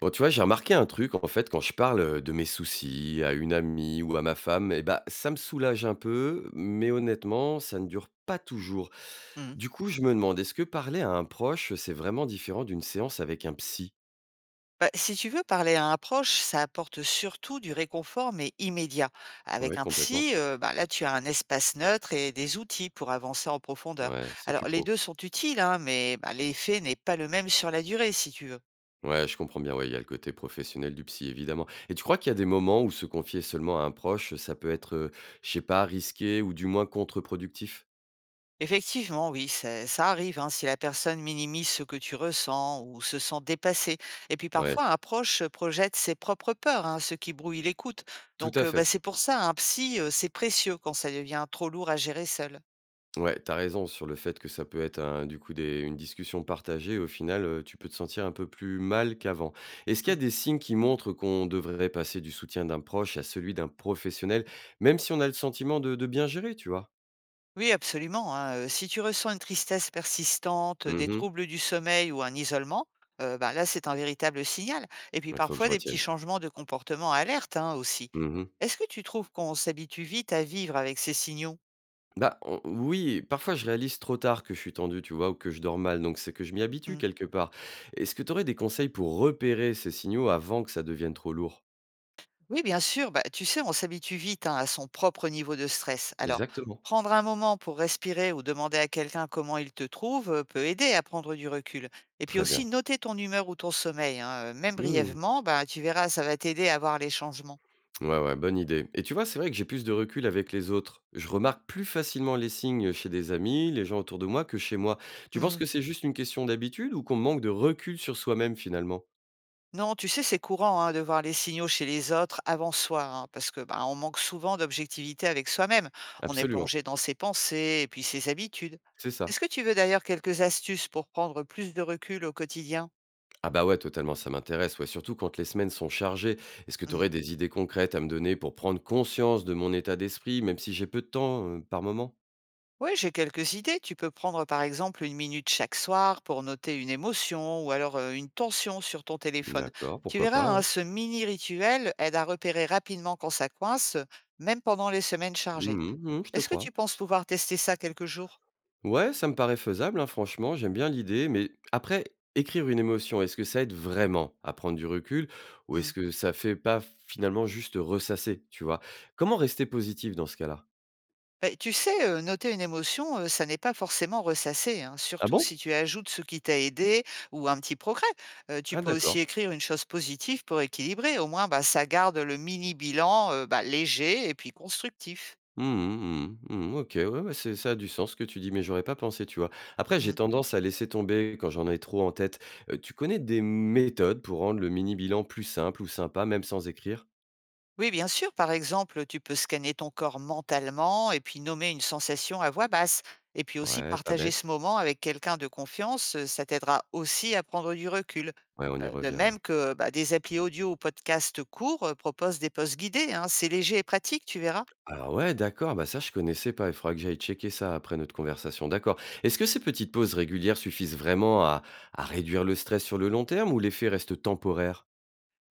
Bon, tu vois, j'ai remarqué un truc, en fait, quand je parle de mes soucis à une amie ou à ma femme, eh ben, ça me soulage un peu, mais honnêtement, ça ne dure pas toujours. Mmh. Du coup, je me demande, est-ce que parler à un proche, c'est vraiment différent d'une séance avec un psy? Bah, si tu veux parler à un proche, ça apporte surtout du réconfort, mais immédiat. Avec Ouais, un complètement. psy, bah, là, tu as un espace neutre et des outils pour avancer en profondeur. Ouais, c'est Alors, plus les pro. deux sont utiles, hein, mais bah, l'effet n'est pas le même sur la durée, si tu veux. Ouais, je comprends bien, ouais, il y a le côté professionnel du psy, évidemment. Et tu crois qu'il y a des moments où se confier seulement à un proche, ça peut être, je sais pas, risqué ou du moins contre-productif? Effectivement, oui, ça arrive hein, si la personne minimise ce que tu ressens ou se sent dépassée. Et puis Ouais, parfois, un proche projette ses propres peurs, hein, ce qui brouille l'écoute. tout Donc, à bah, fait. c'est pour ça, un psy, c'est précieux quand ça devient trop lourd à gérer seul. Ouais, t'as raison sur le fait que ça peut être un du coup des une discussion partagée, au final, tu peux te sentir un peu plus mal qu'avant. Est-ce qu'il y a Mmh. des signes qui montrent qu'on devrait passer du soutien d'un proche à celui d'un professionnel, même si on a le sentiment de bien gérer, tu vois? Oui, absolument, hein, si tu ressens une tristesse persistante, des Mmh. troubles du sommeil ou un isolement, bah, là, c'est un véritable signal et puis Il faut que je parfois des petits retienne ça. changements de comportement alertent, hein, aussi. Mmh. Est-ce que tu trouves qu'on s'habitue vite à vivre avec ces signaux? Bah, on oui, parfois je réalise trop tard que je suis tendu, tu vois? Ou que je dors mal, donc c'est que je m'y habitue Mmh. quelque part. Est-ce que tu aurais des conseils pour repérer ces signaux avant que ça devienne trop lourd? Oui, bien sûr, bah, tu sais, on s'habitue vite, hein, à son propre niveau de stress. Alors, Exactement. prendre un moment pour respirer ou demander à quelqu'un comment il te trouve, peut aider à prendre du recul et puis Très aussi bien. noter ton humeur ou ton sommeil, hein, même Mmh. brièvement, bah, tu verras, ça va t'aider à voir les changements. Ouais, ouais, bonne idée. Et tu vois, c'est vrai que j'ai plus de recul avec les autres. Je remarque plus facilement les signes chez des amis, les gens autour de moi, que chez moi. Tu penses Mmh. que c'est juste une question d'habitude ou qu'on manque de recul sur soi-même finalement? Non, tu sais, c'est courant, hein, de voir les signaux chez les autres avant soi, hein, parce que, bah, on manque souvent d'objectivité avec soi-même. On est Absolument, plongé dans ses pensées et puis ses habitudes. c'est ça. Est-ce que tu veux d'ailleurs quelques astuces pour prendre plus de recul au quotidien? Ah bah ouais, totalement, ça m'intéresse. Ouais, surtout quand les semaines sont chargées. Est-ce que tu Mmh. aurais des idées concrètes à me donner pour prendre conscience de mon état d'esprit, même si j'ai peu de temps par moment? Oui, j'ai quelques idées. Tu peux prendre par exemple une minute chaque soir pour noter une émotion ou alors, une tension sur ton téléphone. D'accord, Tu pourquoi verras, pas, hein, ouais. ce mini rituel aide à repérer rapidement quand ça coince, même pendant les semaines chargées. Mhm, mhm, je te Est-ce que crois. tu penses pouvoir tester ça quelques jours? Ouais, ça me paraît faisable, hein, franchement, j'aime bien l'idée, mais après, écrire une émotion, est-ce que ça aide vraiment à prendre du recul ou Mmh. est-ce que ça fait pas finalement juste ressasser, tu vois? Comment rester positif dans ce cas-là? Beh, tu sais, noter une émotion, ça n'est pas forcément ressasser, hein, Ah surtout si bon? tu ajoutes ce qui t'a aidé ou un petit progrès. Tu Ah peux aussi d'accord. écrire une chose positive pour équilibrer. Au moins, bah, ça garde le mini bilan, bah, léger et puis constructif. Mmh mh, mmh mh, mmh, OK, ouais, ouais, c'est ça a du sens ce que tu dis, mais j'aurais pas pensé, tu vois? Après, Mmh. j'ai tendance à laisser tomber quand j'en ai trop en tête. Tu connais des méthodes pour rendre le mini bilan plus simple ou sympa, même sans écrire? Oui, bien sûr. Par exemple, tu peux scanner ton corps mentalement et puis nommer une sensation à voix basse. Et puis aussi Ouais, pas partager ce bête. moment avec quelqu'un de confiance, ça t'aidera aussi à prendre du recul. Ouais, on y De revient, même ouais. que bah, des applis audio ou podcasts courts proposent des postes guidés, hein. C'est léger et pratique, tu verras. Alors ouais, d'accord, bah ça je connaissais pas, il faudra que j'aille checker ça après notre conversation, d'accord. Est-ce que ces petites pauses régulières suffisent vraiment à réduire le stress sur le long terme ou l'effet reste temporaire?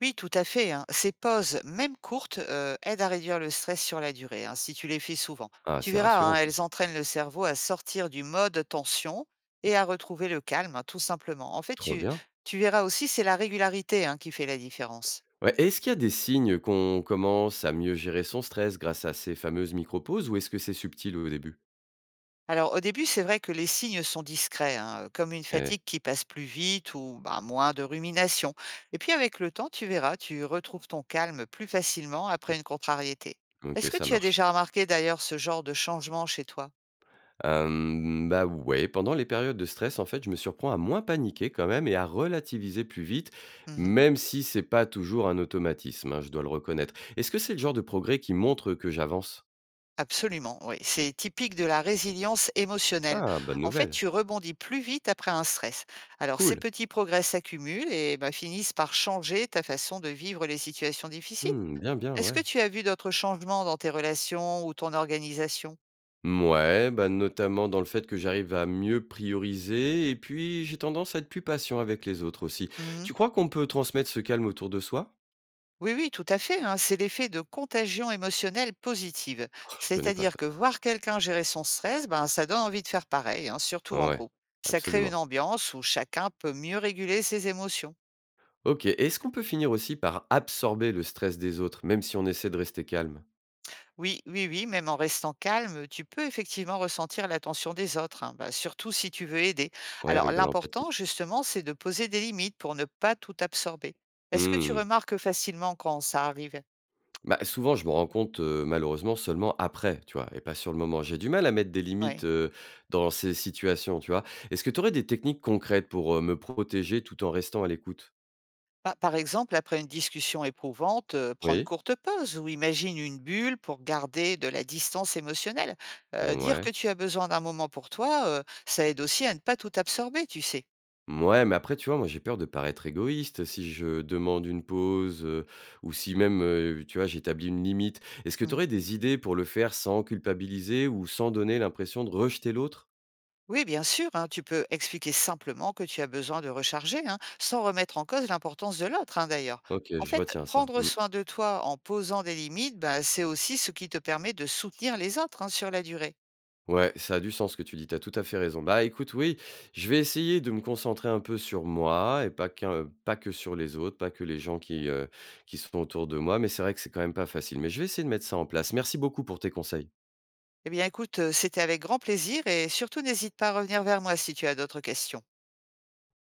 Oui, tout à fait, hein. Ces pauses, même courtes, aident à réduire le stress sur la durée, hein, si tu les fais souvent. Ah, Tu c'est verras, hein, rassurant ça. elles entraînent le cerveau à sortir du mode tension et à retrouver le calme, hein, tout simplement. En fait, Trop tu bien. tu verras aussi, c'est la régularité, hein, qui fait la différence. Ouais, est-ce qu'il y a des signes qu'on commence à mieux gérer son stress grâce à ces fameuses micro-pauses ou est-ce que c'est subtil au début? Alors au début, c'est vrai que les signes sont discrets, hein, comme une Eh, fatigue qui passe plus vite ou, bah, moins de rumination. Et puis avec le temps, tu verras, tu retrouves ton calme plus facilement après une contrariété. ok, Est-ce que ça tu as marche. déjà remarqué d'ailleurs ce genre de changement chez toi? Hem, bah, ouais, pendant les périodes de stress, en fait, je me surprends à moins paniquer quand même et à relativiser plus vite, Mmh. même si c'est pas toujours un automatisme, hein, je dois le reconnaître. Est-ce que c'est le genre de progrès qui montre que j'avance? Absolument, oui. C'est typique de la résilience émotionnelle. Ah, bonne En fait, nouvelle, tu rebondis plus vite après un stress. Alors, ces cool. petits progrès s'accumulent et bah, finissent par changer ta façon de vivre les situations difficiles. Mmh, bien, bien, Est-ce que ouais. tu as vu d'autres changements dans tes relations ou ton organisation? Ouais, bah, notamment dans le fait que j'arrive à mieux prioriser et puis j'ai tendance à être plus patient avec les autres aussi. Mmh. Tu crois qu'on peut transmettre ce calme autour de soi? Oui, oui, tout à fait, hein. C'est l'effet de contagion émotionnelle positive. Oh, je connais pas C'est-à-dire ça. que voir quelqu'un gérer son stress, ben, ça donne envie de faire pareil, hein, surtout en Ouais, groupe. Ça crée une absolument. ambiance où chacun peut mieux réguler ses émotions. OK. Et est-ce qu'on peut finir aussi par absorber le stress des autres, même si on essaie de rester calme? Oui, oui, oui, même en restant calme, tu peux effectivement ressentir l'attention des autres, hein, bah, surtout si tu veux aider. Ouais, Alors avec de l'empathie. l'important, justement, c'est de poser des limites pour ne pas tout absorber. Est-ce que tu Mmh. remarques facilement quand ça arrive? Bah, souvent, je me rends compte, malheureusement seulement après, tu vois? Et pas sur le moment. J'ai du mal à mettre des limites, Oui. Dans ces situations, tu vois? Est-ce que tu aurais des techniques concrètes pour, me protéger tout en restant à l'écoute? Bah, par exemple, après une discussion éprouvante, prends une Oui? courte pause ou imagine une bulle pour garder de la distance émotionnelle. Dire que Ouais. tu as besoin d'un moment pour toi, ça aide aussi à ne pas tout absorber, tu sais. Ouais, mais après, tu vois, moi, j'ai peur de paraître égoïste si je demande une pause, ou si même, tu vois, j'établis une limite. Est-ce que tu Mmh. aurais des idées pour le faire sans culpabiliser ou sans donner l'impression de rejeter l'autre? Oui, bien sûr, hein, tu peux expliquer simplement que tu as besoin de recharger, hein, sans remettre en cause l'importance de l'autre, hein, d'ailleurs. OK, En je fait, retiens ça. prendre Mmh. soin de toi en posant des limites, bah, c'est aussi ce qui te permet de soutenir les autres hein, sur la durée. Ouais, ça a du sens ce que tu dis, t'as tout à fait raison. Bah, écoute, oui, je vais essayer de me concentrer un peu sur moi et pas que sur les autres, pas que les gens qui sont autour de moi, mais c'est vrai que c'est quand même pas facile. Mais je vais essayer de mettre ça en place. Merci beaucoup pour tes conseils. Eh bien, écoute, c'était avec grand plaisir et surtout n'hésite pas à revenir vers moi si tu as d'autres questions.